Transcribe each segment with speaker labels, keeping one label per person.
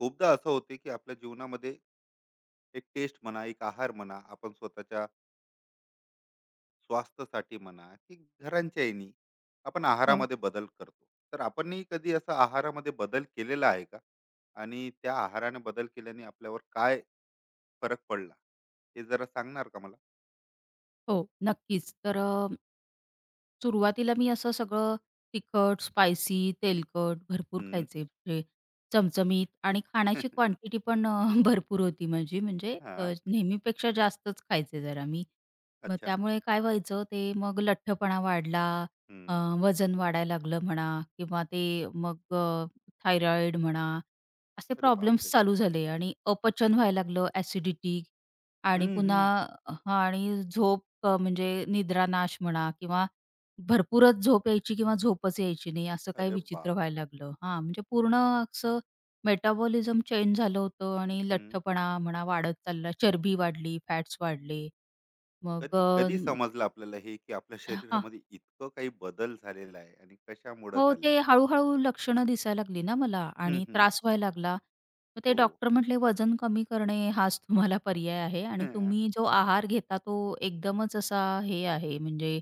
Speaker 1: खूपदा असं होते की आपल्या जीवनामध्ये एक टेस्ट म्हणा, एक आहार म्हणा, आपण स्वतःच्या स्वास्थ्यासाठी म्हणा की घरांच्या येणी आपण
Speaker 2: हो,
Speaker 1: आहारामध्ये बदल करतो. तर आपणही कधी असा आहारामध्ये बदल केलेला आहे का, आणि त्या आहाराने बदल केल्याने आपल्यावर काय फरक पडला, हे जरा सांगणार का मला?
Speaker 2: हो. नक्कीच. तर सुरुवातीला मी असं सगळं तिखट, स्पायसी, तेलकट भरपूर
Speaker 1: हम्म.
Speaker 2: खायचे. म्हणजे चमचमीत आणि खाण्याची क्वांटिटी पण भरपूर होती माझी. म्हणजे
Speaker 1: हा,
Speaker 2: नेहमीपेक्षा जास्तच खायचे जरा मी. मग
Speaker 1: अच्छा.
Speaker 2: त्यामुळे काय व्हायचं ते मग लठ्ठपणा वाढला, अ,
Speaker 1: हम्म.
Speaker 2: वजन वाढायला लागलं म्हणा किंवा ते मग थायरॉईड म्हणा, असे
Speaker 1: अरे
Speaker 2: प्रॉब्लेम्स
Speaker 1: बापरे.
Speaker 2: चालू झाले आणि अपचन व्हायला लागलं, ॲसिडिटी आणि
Speaker 1: हम्म,
Speaker 2: पुन्हा
Speaker 1: हम्म.
Speaker 2: हां आणि झोप म्हणजे निद्रानाश म्हणा किंवा भरपूरच झोप यायची किंवा झोपच यायची नाही, असं काही
Speaker 1: अरे
Speaker 2: विचित्र
Speaker 1: बापरे,
Speaker 2: व्हायला लागलं. हां, म्हणजे पूर्ण असं मेटाबॉलिझम चेंज झालं होतं आणि लठ्ठपणा म्हणा वाढत चालला. चरबी वाढली, फॅट्स वाढले. मग
Speaker 1: कधी
Speaker 2: अ,
Speaker 1: कधी समजलं आपल्याला हे की आपल्या
Speaker 2: हां.
Speaker 1: शरीरामध्ये इतकं काही बदल झालेला आहे आणि कशामुळे
Speaker 2: हो, ते
Speaker 1: झालेला आहे?
Speaker 2: हळू लक्षणं दिसायला लागली ना मला
Speaker 1: हम्म,
Speaker 2: आणि
Speaker 1: हम्म.
Speaker 2: त्रास व्हायला लागला. मग ते
Speaker 1: हो.
Speaker 2: डॉक्टर म्हटले, "वजन कमी करणे हाच तुम्हाला पर्याय आहे आणि
Speaker 1: हा.
Speaker 2: तुम्ही जो आहार घेता तो एकदमच असा हे आहे म्हणजे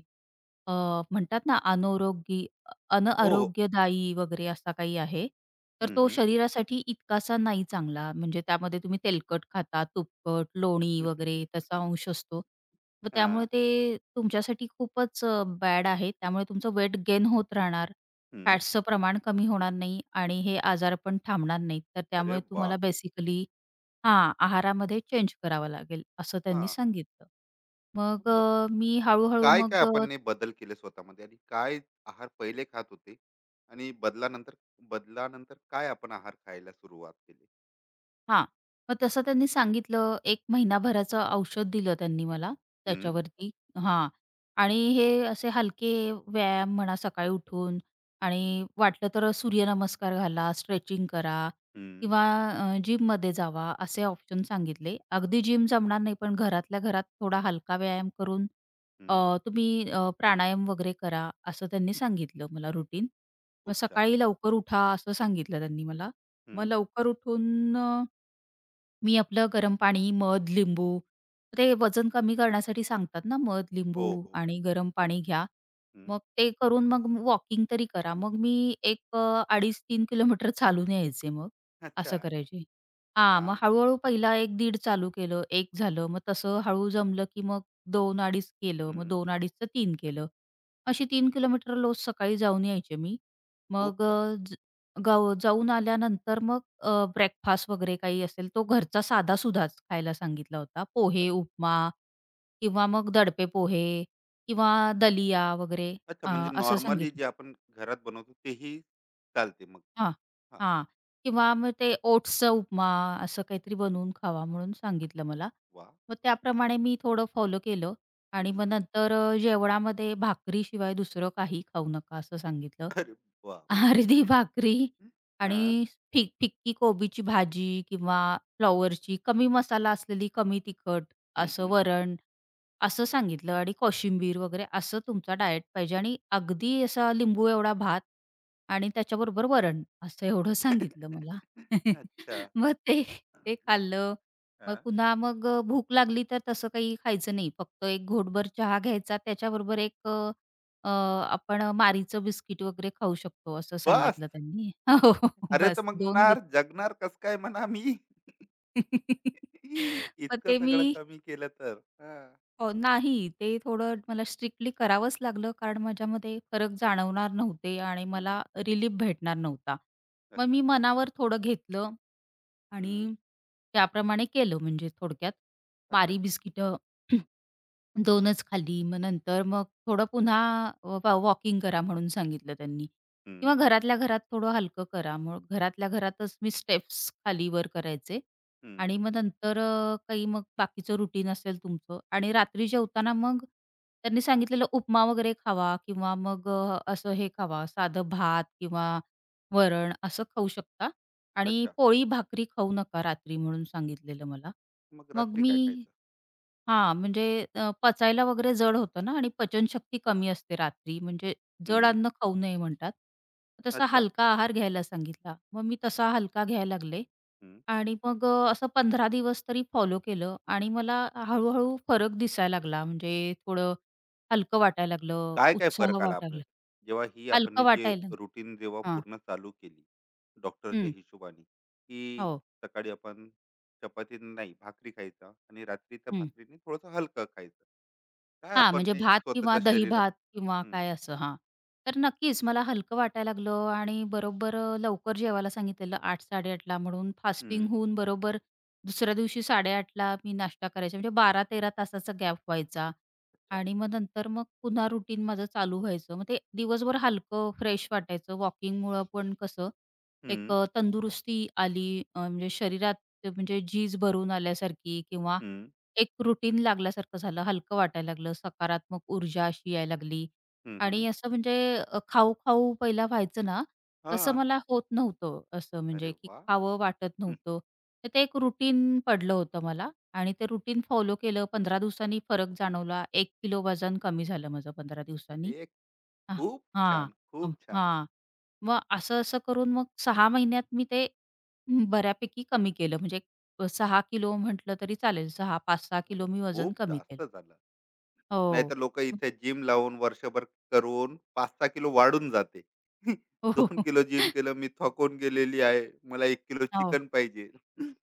Speaker 2: अ, म्हणतात ना अनारोग्यी
Speaker 1: हो, हो.
Speaker 2: अनआरोग्यदायी वगैरे असा काही आहे. तर
Speaker 1: हम्म,
Speaker 2: तो
Speaker 1: हम्म.
Speaker 2: शरीरासाठी इतकासा नाही चांगला. म्हणजे त्यामध्ये तुम्ही तेलकट खाता, तुपकट, लोणी वगैरे त्याचा अंश असतो. मग त्यामुळे
Speaker 1: हा.
Speaker 2: ते तुमच्यासाठी खूपच बॅड आहे. त्यामुळे तुमचं वेट गेन होत राहणार.
Speaker 1: हम्म.
Speaker 2: फॅट्सचं प्रमाण कमी होणार नाही आणि हे आजार पण थांबणार नाहीत. तर
Speaker 1: अरे
Speaker 2: त्यामुळे तुम्हाला
Speaker 1: बापरे.
Speaker 2: बेसिकली आहारामध्ये चेंज करावा लागेल असं
Speaker 1: हा,
Speaker 2: त्यांनी सांगितलं. मग
Speaker 1: मग
Speaker 2: अ, मी हळू
Speaker 1: काय काय
Speaker 2: मग
Speaker 1: आपण ने बदल केले स्वतःमध्ये, आणि काय आहार पहिले खात होते आणि बदलानंतर बदलानंतर काय आपण आहार खायला सुरुवात केली?
Speaker 2: हां. मग तसं त्यांनी सांगितलं. 1 महिनाभराचं औषध दिलं त्यांनी मला
Speaker 1: हम्म,
Speaker 2: त्याच्यावरती हां. आणि हे असे हलके व्यायाम म्हणा सकाळी उठून आणि वाटलं तर सूर्यनमस्कार घाला, स्ट्रेचिंग करा
Speaker 1: हम्म,
Speaker 2: किंवा जिममध्ये जावा असे ऑप्शन सांगितले. अगदी जिम जमणार नाही, पण घरातल्या घरात थोडा हलका व्यायाम करून
Speaker 1: हम्म.
Speaker 2: अ, तुम्ही प्राणायाम वगैरे करा असं त्यांनी सांगितलं मला रुटीन. मग
Speaker 1: खूप छान.
Speaker 2: सकाळी लवकर उठा असं सांगितलं त्यांनी मला. मग
Speaker 1: हम्म.
Speaker 2: लवकर उठून मी आपलं गरम पाणी, मध, लिंबू, ते वजन कमी करण्यासाठी सांगतात ना मध, लिंबू
Speaker 1: हो हो हो.
Speaker 2: आणि गरम पाणी घ्या.
Speaker 1: हम्म.
Speaker 2: मग ते करून मग वॉकिंग तरी करा. मग मी एक 2.5-3 किलोमीटर चालून यायचे मग,
Speaker 1: अच्छा.
Speaker 2: असं करायचे. हां, मग
Speaker 1: छान.
Speaker 2: हळू पहिला 1-1.5 चालू केलं, 1 झालं, मग तसं हळू जमलं की मग 2-2.5 केलं, मग
Speaker 1: हम्म.
Speaker 2: 2-2.5चं 3 केलं. अशी 3 किलोमीटर रोज सकाळी जाऊन यायचे मी.
Speaker 1: खूप
Speaker 2: मग
Speaker 1: छान.
Speaker 2: गाव जाऊन आल्यानंतर मग ब्रेकफास्ट वगैरे काही असेल तो घरचा साधा सुधाच खायला सांगितला होता. पोहे, उपमा किंवा मग दडपे पोहे किंवा दलिया वगैरे
Speaker 1: अच्छा,
Speaker 2: अ,
Speaker 1: म्हणजे
Speaker 2: असं
Speaker 1: नॉर्मली
Speaker 2: सांगितलं.
Speaker 1: जे आपण घरात बनवतो तेही चालते मग.
Speaker 2: हां,
Speaker 1: हां.
Speaker 2: हां. किंवा मग ते ओट्सचा उपमा असं काहीतरी बनवून खावा म्हणून सांगितलं मला.
Speaker 1: वाह!
Speaker 2: मग
Speaker 1: हं.
Speaker 2: त्याप्रमाणे मी थोडं फॉलो केलं आणि मग नंतर जेवणामध्ये भाकरीशिवाय दुसरं काही खाऊ नका असं सांगितलं.
Speaker 1: बापरे!
Speaker 2: अर्धी भाकरी
Speaker 1: हां.
Speaker 2: आणि फिक्की कोबीची भाजी किंवा फ्लॉवरची कमी मसाला असलेली, कमी तिखट असं
Speaker 1: हं.
Speaker 2: वरण, असं सांगितलं आणि कोशिंबीर वगैरे असं तुमचा डायट पाहिजे आणि अगदी असा लिंबू एवढा भात आणि त्याच्याबरोबर वरण असं एवढं सांगितलं मला.
Speaker 1: अच्छा.
Speaker 2: मग ते ते
Speaker 1: हं.
Speaker 2: खाल्लं. मग
Speaker 1: हां.
Speaker 2: पुन्हा मग भूक लागली तर तसं काही खायचं नाही. फक्त एक घोटभर चहा घ्यायचा त्याच्याबरोबर एक आपण मारीचं बिस्किट वगैरे खाऊ शकतो असं
Speaker 1: बस!
Speaker 2: सांगितलं त्यांनी. हो, हो. हो,
Speaker 1: अरे, तर
Speaker 2: बस
Speaker 1: मग
Speaker 2: दोन बि
Speaker 1: नार जगणार कसं काय म्हणा मी?
Speaker 2: मग
Speaker 1: इतकं
Speaker 2: ते मी
Speaker 1: सगळं कमी केलं तर. हां.
Speaker 2: नाही ते थोडं मला स्ट्रिक्टली करावंच लागलं कारण माझ्यामध्ये फरक जाणवणार नव्हते आणि
Speaker 1: हं.
Speaker 2: मला रिलीफ भेटणार नव्हता. मग
Speaker 1: अच्छा.
Speaker 2: मी मनावर थोडं घेतलं
Speaker 1: हं.
Speaker 2: आणि त्याप्रमाणे केलं म्हणजे थोडक्यात. मारी
Speaker 1: अच्छा.
Speaker 2: बिस्किटं दोनच खाल्ली. मग नंतर मग थोडं पुन्हा वॉकिंग करा म्हणून सांगितलं त्यांनी
Speaker 1: हं.
Speaker 2: किंवा घरातल्या घरात थोडं हलकं करा. मग घरातल्या घरातच मी स्टेप्स खाली-वर करायचे
Speaker 1: हं,
Speaker 2: आणि
Speaker 1: हं.
Speaker 2: मग नंतर काही मग बाकीचं रुटीन असेल तुमचं आणि रात्री जेवताना मग त्यांनी सांगितलेलं उपमा वगैरे खावा किंवा मग असं हे खावा, साधं भात किंवा वरण असं खाऊ शकता आणि
Speaker 1: अच्छा.
Speaker 2: पोळी, भाकरी खाऊ नका रात्री म्हणून सांगितलेलं मला.
Speaker 1: मग
Speaker 2: मग
Speaker 1: रात्री काय
Speaker 2: मी
Speaker 1: खायचं?
Speaker 2: हां, म्हणजे पचायला वगैरे जड होतं ना आणि पचनशक्ती कमी असते रात्री, म्हणजे जड
Speaker 1: हं.
Speaker 2: अन्न खाऊ नये म्हणतात. तसा
Speaker 1: अच्छा.
Speaker 2: हलका आहार घ्यायला सांगितला. मग मी तसा हलका घ्यायला लागले
Speaker 1: हं.
Speaker 2: आणि मग असं 15 दिवस तरी फॉलो केलं आणि मला हळू-हळू फरक दिसायला लागला. म्हणजे थोडं हलकं वाटायला लागलं,
Speaker 1: काय काय
Speaker 2: उत्साह
Speaker 1: फरक आला
Speaker 2: वाटायला
Speaker 1: आपल्याला, जेव्हा ही
Speaker 2: लागला.
Speaker 1: आपण
Speaker 2: हलकं
Speaker 1: हे जे
Speaker 2: वाटायला लागलं.
Speaker 1: रुटीन जेव्हा
Speaker 2: हां.
Speaker 1: पूर्ण चालू केली डॉक्टरच्या
Speaker 2: हं.
Speaker 1: हिशोबाने, की
Speaker 2: हो.
Speaker 1: सकाळी आपण चपाती नाही भाकरी खायचा आणि रात्री त्या भाकरीने थोडंसं हलकं खायचं, काय
Speaker 2: हां,
Speaker 1: आपण
Speaker 2: म्हणजे
Speaker 1: ने
Speaker 2: भात किंवा
Speaker 1: स्वतःच्या शरीर.
Speaker 2: दही-भात किंवा
Speaker 1: हम्म,
Speaker 2: काय असं हां. तर नक्कीच मला हलकं वाटायला लागलं आणि बरोबर लवकर जेवायला सांगितलेलं 8:00-8:30 ला म्हणून फास्टिंग
Speaker 1: हम्म.
Speaker 2: होऊन बरोबर दुसऱ्या दिवशी 8:30 ला मी नाश्ता करायचा म्हणजे 12-13 तासाचा गॅप व्हायचा
Speaker 1: अच्छा.
Speaker 2: आणि मग नंतर मग पुन्हा रुटीन माझं चालू व्हायचं. मग ते दिवसभर हलकं फ्रेश वाटायचं. वॉकिंगमुळं पण कसं एक
Speaker 1: हम्म,
Speaker 2: तंदुरुस्ती आली, म्हणजे शरीरात ते म्हणजे झीज भरून आल्यासारखी किंवा
Speaker 1: हम्म.
Speaker 2: एक रुटीन लागल्यासारखं झालं, हलकं वाटायला लागलं, सकारात्मक ऊर्जा अशी यायला लागली
Speaker 1: हम्म,
Speaker 2: आणि
Speaker 1: हम्म.
Speaker 2: असं म्हणजे खाऊ-खाऊ पहिला व्हायचं ना,
Speaker 1: हा.
Speaker 2: तसं मला होत नव्हतं असं
Speaker 1: अरे
Speaker 2: म्हणजे की
Speaker 1: वा.
Speaker 2: खावं वाटत नव्हतं. तर ते एक रुटीन पडलं होतं मला आणि ते रुटीन फॉलो केलं. 15 दिवसांनी फरक जाणवला. 1 किलो वजन कमी झालं माझं 15 दिवसांनी.
Speaker 1: अरे,
Speaker 2: अ,
Speaker 1: खूप
Speaker 2: हां.
Speaker 1: छान
Speaker 2: अ,
Speaker 1: खूप छान.
Speaker 2: हां. मग असं-असं करून मग 6 महिन्यात मी ते हं, बऱ्यापैकी कमी केलं. म्हणजे 6 किलो म्हटलं तरी चालेल. सहा 5-6 किलो
Speaker 1: अरे
Speaker 2: मी वजन
Speaker 1: खूप
Speaker 2: कमी
Speaker 1: जास्त
Speaker 2: केलं.
Speaker 1: झालं.
Speaker 2: हो.
Speaker 1: नाहीतर लोक इथे जिम लावून वर्षभर करून 5-6 किलो वाढून जाते.
Speaker 2: हो, हो,
Speaker 1: दोन
Speaker 2: हो.
Speaker 1: किलो जिम केलं, मी थकून गेलेली आहे. मला 1 किलो
Speaker 2: हो.
Speaker 1: चिकन पाहिजे.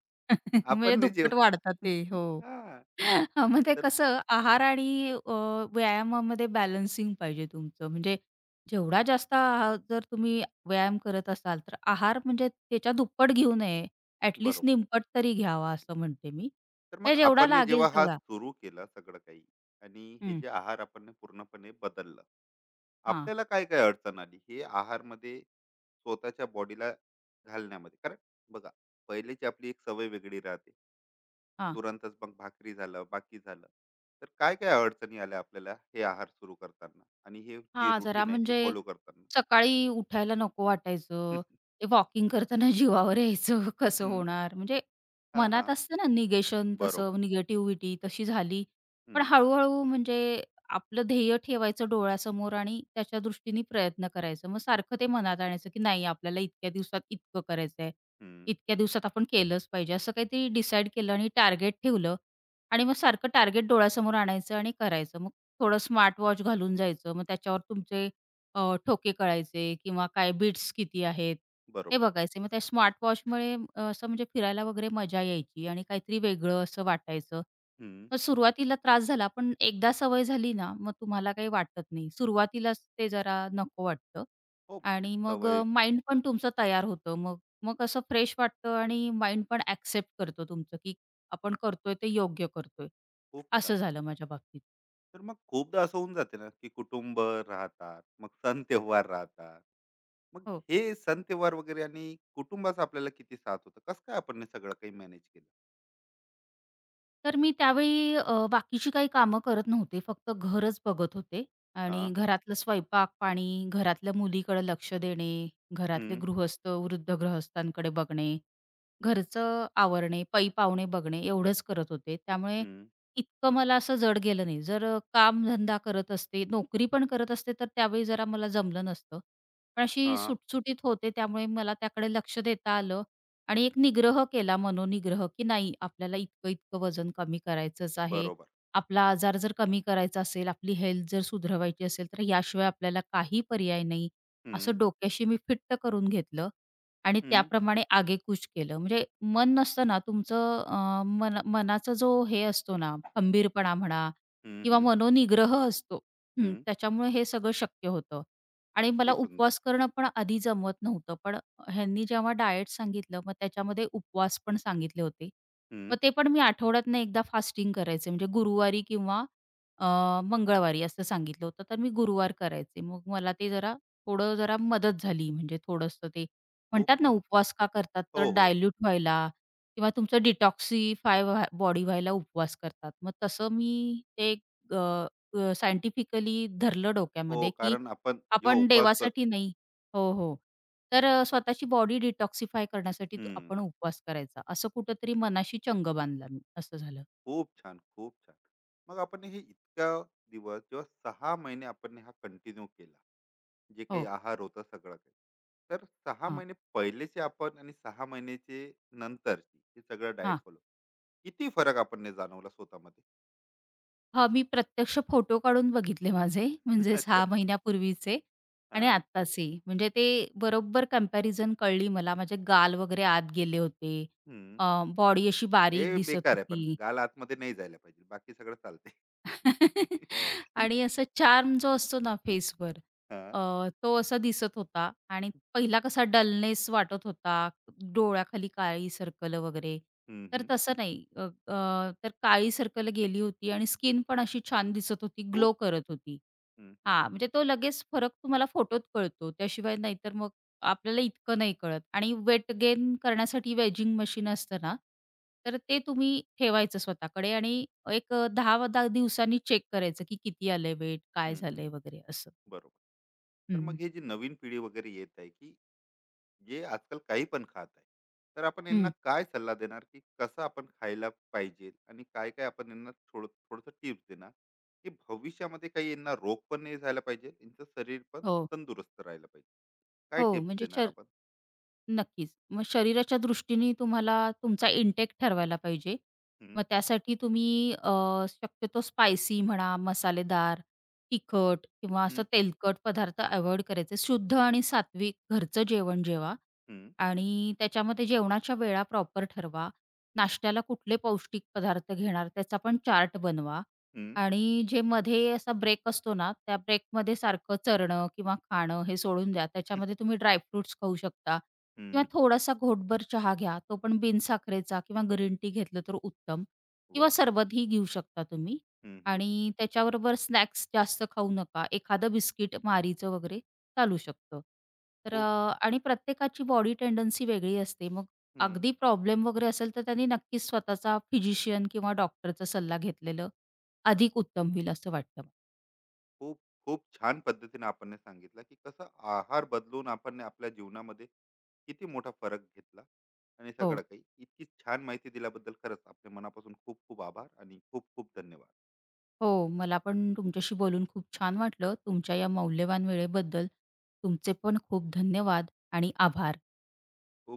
Speaker 2: म्हणजे
Speaker 1: आपण नाही जेव.
Speaker 2: दुप्पट वाढतात ते. हो.
Speaker 1: हां,
Speaker 2: हां, मग ते
Speaker 1: तर
Speaker 2: कसं आहार आणि अ, व्यायामामध्ये बॅलन्सिंग पाहिजे तुमचं. म्हणजे जेवढा जास्त जर तुम्ही व्यायाम करत असाल, तर आहार म्हणजे त्याच्या दुप्पट घेऊ नये. ॲट
Speaker 1: बरोबर.
Speaker 2: निमपट तरी घ्यावा असं म्हणते मी.
Speaker 1: तर मग
Speaker 2: हे जेवढा
Speaker 1: आपण
Speaker 2: लागेल
Speaker 1: जेव्हा हा
Speaker 2: तेवढा.
Speaker 1: सुरू केला सगळं काही, आणि हे
Speaker 2: हं.
Speaker 1: जे आहार आपण पूर्णपणे बदललं,
Speaker 2: हां,
Speaker 1: आपल्याला काय काय अडचण आली हे आहारमध्ये स्वतःच्या बॉडीला घालण्यामध्ये? कारण बघा, पहिलेची आपली एक सवय वेगळी राहते,
Speaker 2: हां.
Speaker 1: तुरंतच मग भाकरी झालं बाकी झालं, तर काय काय अडचणी आल्या आपल्याला हे आहार सुरू करताना आणि हे जी
Speaker 2: हां, जरा
Speaker 1: रुटीन आहे ते
Speaker 2: म्हणजे
Speaker 1: फॉलो करताना?
Speaker 2: सकाळी उठायला नको वाटायचं. ते वॉकिंग करताना जीवावर यायचं कसं
Speaker 1: हम्म.
Speaker 2: होणार? म्हणजे
Speaker 1: हा
Speaker 2: मनात
Speaker 1: हा.
Speaker 2: असतं ना निगेशन
Speaker 1: बरोबर.
Speaker 2: तसं निगेटिव्हिटी तशी झाली. पण
Speaker 1: हम्म,
Speaker 2: हळू-हळू म्हणजे आपलं ध्येय ठेवायचं डोळ्यासमोर आणि त्याच्या दृष्टीने प्रयत्न करायचं. मग सारखं ते मनात आणायचं, की नाही आपल्याला इतक्या दिवसात इतकं करायचंय.
Speaker 1: हम्म.
Speaker 2: इतक्या दिवसात आपण केलंच पाहिजे. असं काहीतरी डिसाईड केलं आणि टार्गेट ठेवलं आणि मग सारखं टार्गेट डोळ्यासमोर आणायचं आणि करायचं. मग थोडं स्मार्ट वॉच घालून जायचं. मग त्याच्यावर तुमचे ठोके कळायचे किंवा काय बीट्स किती आहेत, हे
Speaker 1: बरोबर.
Speaker 2: बघायचे. मग त्या स्मार्टवॉचमुळे असं म्हणजे फिरायला वगैरे मजा यायची आणि काहीतरी वेगळं असं वाटायचं.
Speaker 1: हम्म.
Speaker 2: मग सुरुवातीला त्रास झाला, पण एकदा सवय झाली ना, मग तुम्हाला काही वाटत नाही. सुरुवातीलाच ते जरा नको वाटतं
Speaker 1: हो.
Speaker 2: आणि मग
Speaker 1: सवय.
Speaker 2: माइंड पण तुमचं तयार होतं. मग मग असं फ्रेश वाटतं आणि माइंड पण ॲक्सेप्ट करतो तुमचं, की आपण करतोय ते योग्य करतोय.
Speaker 1: खूप
Speaker 2: असं
Speaker 1: छान.
Speaker 2: झालं माझ्या बाबतीत.
Speaker 1: तर मग खूपदा असं होऊन जाते ना की कुटुंब राहतात, मग सण तेव्हार राहतात, मग
Speaker 2: हो.
Speaker 1: हे सण तेव्हार वगैरे, आणि कुटुंबाचा आपल्याला किती साथ होतं, कसं काय आपण हे सगळं काही मॅनेज केलं?
Speaker 2: तर मी त्यावेळी बाकीची काही कामं करत नव्हते. फक्त घरच बघत होते
Speaker 1: हा.
Speaker 2: आणि घरातलं स्वयंपाक-पाणी, घरातल्या मुलीकडे लक्ष देणे, घरातले
Speaker 1: हम्म,
Speaker 2: गृहस्थ, वृद्ध गृहस्थांकडे बघणे, घरचं आवरणे, पै-पावणे बघणे एवढंच करत होते. त्यामुळे
Speaker 1: हम्म.
Speaker 2: इतकं मला असं जड गेलं नाही. जर काम कामधंदा करत असते, नोकरी पण करत असते, तर त्यावेळी जरा मला जमलं नसतं. पण अशी
Speaker 1: हा.
Speaker 2: सुटसुटीत होते त्यामुळे मला त्याकडे लक्ष देता आलं आणि एक निग्रह केला, मनोनिग्रह, की नाही आपल्याला इतकं-इतकं वजन कमी करायचंच आहे.
Speaker 1: बरोबर.
Speaker 2: आपला आजार जर कमी करायचा असेल, आपली हेल्थ जर सुधरवायची असेल, तर याशिवाय आपल्याला काही पर्याय नाही. असं
Speaker 1: हम्म,
Speaker 2: डोक्याशी मी फिट्ट करून घेतलं आणि
Speaker 1: हम्म,
Speaker 2: त्याप्रमाणे आगेकूच केलं. म्हणजे मन नसतं ना तुमचं मन मनाचा जो हे असतो ना खंबीरपणा म्हणा
Speaker 1: हम्म,
Speaker 2: किंवा
Speaker 1: हम्म.
Speaker 2: मनोनिग्रह असतो. हं,
Speaker 1: हम्म.
Speaker 2: त्याच्यामुळे हे सगळं शक्य होतं. आणि मला
Speaker 1: अति सुंदर.
Speaker 2: उपवास करणं पण आधी जमत नव्हतं. पण ह्यांनी जेव्हा डाएट सांगितलं, मग त्याच्यामध्ये उपवास पण सांगितले होते.
Speaker 1: हम्म.
Speaker 2: मग ते पण मी आठवड्यातून एकदा फास्टिंग करायचे. म्हणजे गुरुवारी किंवा अ, मंगळवारी असं सांगितलं होतं. तर मी गुरुवार करायचे. मग मला ते जरा थोडं जरा मदत झाली. म्हणजे थोडंसं ते
Speaker 1: खूप
Speaker 2: म्हणतात ना
Speaker 1: छान.
Speaker 2: उपवास का करतात
Speaker 1: हो
Speaker 2: तर
Speaker 1: हो.
Speaker 2: डायल्यूट व्हायला किंवा तुमचं डिटॉक्सिफाय व्हा बॉडी व्हायला उपवास करतात. मग तसं मी ते अ, अ, सायंटिफिकली धरलं
Speaker 1: हो
Speaker 2: डोक्यामध्ये, की
Speaker 1: कारण आपण जेव्हा
Speaker 2: आपण
Speaker 1: उपवास कर.
Speaker 2: देवासाठी नाही हो, हो. तर स्वतःची बॉडी डिटॉक्सिफाय करण्यासाठी
Speaker 1: हम्म.
Speaker 2: आपण उपवास करायचा. असं कुठेतरी मनाशी चंग बांधला मी. असं झालं.
Speaker 1: खूप छान खूप छान. मग आपण हे इतका दिवस जेव्हा, 6 महिने आपण हा कंटिन्यू केला, जे काही
Speaker 2: हो.
Speaker 1: आहार होता सगळं काही, तर 6 महिने पहिलेचे आपण आणि 6 महिन्याचे नंतरची हे सगळं
Speaker 2: हां.
Speaker 1: डाएट फॉलो, किती फरक आपण ने जाणवला स्वतःमध्ये?
Speaker 2: हां, मी प्रत्यक्ष फोटो काढून बघितले माझे, म्हणजे
Speaker 1: अच्छा.
Speaker 2: 6 महिन्यापूर्वीचे आणि
Speaker 1: हा.
Speaker 2: आत्ताचे. म्हणजे ते बरोबर कंपॅरिझन कळली मला. माझे गाल वगैरे आत गेले होते.
Speaker 1: हम्म.
Speaker 2: अ, बॉडी अशी बारीक
Speaker 1: हे
Speaker 2: दिसत
Speaker 1: बेकार आहे, पण
Speaker 2: होती.
Speaker 1: गाल आतमध्ये नाही जायला पाहिजे, बाकी सगळं चालते.
Speaker 2: आणि असा चार्म जो असतो ना फेसवर
Speaker 1: हा.
Speaker 2: अ, तो असा दिसत होता आणि पहिला कसा डलनेस वाटत होता, डोळ्याखाली काळी सर्कल वगैरे.
Speaker 1: हम्म,
Speaker 2: तर
Speaker 1: हम्म.
Speaker 2: तसं नाही. अ, अ, तर काळी सर्कल गेली होती आणि स्किन पण अशी छान दिसत होती, ग्लो
Speaker 1: खूप छान.
Speaker 2: करत होती.
Speaker 1: हम्म, हम्म,
Speaker 2: हां, म्हणजे तो लगेच फरक तुम्हाला फोटोत कळतो. त्याशिवाय नाहीतर मग आपल्याला इतकं नाही कळत आणि वेट गेन करण्यासाठी वेजिंग मशीन असतं ना, तर ते तुम्ही ठेवायचं स्वतःकडे आणि एक 10-10 दिवसांनी चेक करायचं, की किती आलंय वेट, काय
Speaker 1: हम्म, हम्म,
Speaker 2: झालंय
Speaker 1: हम्म.
Speaker 2: वगैरे असं.
Speaker 1: बरोबर. तर
Speaker 2: हं.
Speaker 1: मग हे जी नवीन पिढी वगैरे येत आहे की जे आजकाल काही पण खात आहे, तर आपण यांना
Speaker 2: हं.
Speaker 1: काय सल्ला देणार की कसं आपण खायला पाहिजे, आणि काय काय आपण यांना थोडं थोडंसं टिप्स देणार की भविष्यामध्ये काही यांना रोग पण नाही झाला पाहिजे, यांचं शरीर पण
Speaker 2: हो.
Speaker 1: तंदुरुस्त राहिलं पाहिजे, काय
Speaker 2: हो,
Speaker 1: टिप्स
Speaker 2: म्हणजे
Speaker 1: देणार
Speaker 2: शर
Speaker 1: आपण?
Speaker 2: नक्कीच. मग शरीराच्या दृष्टीने तुम्हाला तुमचा इंटेक ठरवायला पाहिजे.
Speaker 1: हम्म.
Speaker 2: मग त्यासाठी तुम्ही शक्यतो स्पायसी म्हणा, मसालेदार, तिखट किंवा असं
Speaker 1: हम्म.
Speaker 2: तेलकट पदार्थ अव्हॉइड करायचे. शुद्ध आणि सात्विक घरचं जेवण जेवा
Speaker 1: हम्म.
Speaker 2: आणि त्याच्यामध्ये जेवणाच्या वेळा प्रॉपर ठरवा. नाश्त्याला कुठले पौष्टिक पदार्थ घेणार त्याचा पण चार्ट बनवा
Speaker 1: हम्म.
Speaker 2: आणि जे मध्ये असा ब्रेक असतो ना, त्या ब्रेकमध्ये सारखं चरणं किंवा खाणं हे सोडून द्या. त्याच्यामध्ये तुम्ही ड्रायफ्रुट्स खाऊ शकता किंवा
Speaker 1: हम्म.
Speaker 2: थोडासा घोटभर चहा घ्या, तो पण बिनसाखरेचा किंवा ग्रीन टी घेतलं तर उत्तम किंवा
Speaker 1: वा.
Speaker 2: सरबतही घेऊ शकता तुम्ही
Speaker 1: हम्म, हम्म.
Speaker 2: आणि त्याच्याबरोबर स्नॅक्स जास्त खाऊ नका. एखादं बिस्किट मारीचं वगैरे चालू शकतं. तर
Speaker 1: खूप छान.
Speaker 2: आणि प्रत्येकाची बॉडी टेंडन्सी वेगळी असते. मग अगदी प्रॉब्लेम वगैरे असेल, तर त्यांनी नक्कीच स्वतःचा फिजिशियन किंवा डॉक्टरचा सल्ला घेतलेलं अधिक उत्तम होईल असं वाटतं मला.
Speaker 1: खूप, खूप छान पद्धतीने आपण हे सांगितलं की कसं आहार बदलून आपण आपल्या जीवनामध्ये किती मोठा फरक घेतला, आणि
Speaker 2: हो.
Speaker 1: सगळं काही इतकी छान माहिती दिल्याबद्दल खरंच आपल्या मनापासून खूप खूप आभार आणि खूप खूप धन्यवाद.
Speaker 2: हो, मला पण तुमच्याशी बोलून खूप छान वाटलं. तुमच्या या मौल्यवान वेळेबद्दल तुमचे पण खूप धन्यवाद आणि आभार.
Speaker 1: खूप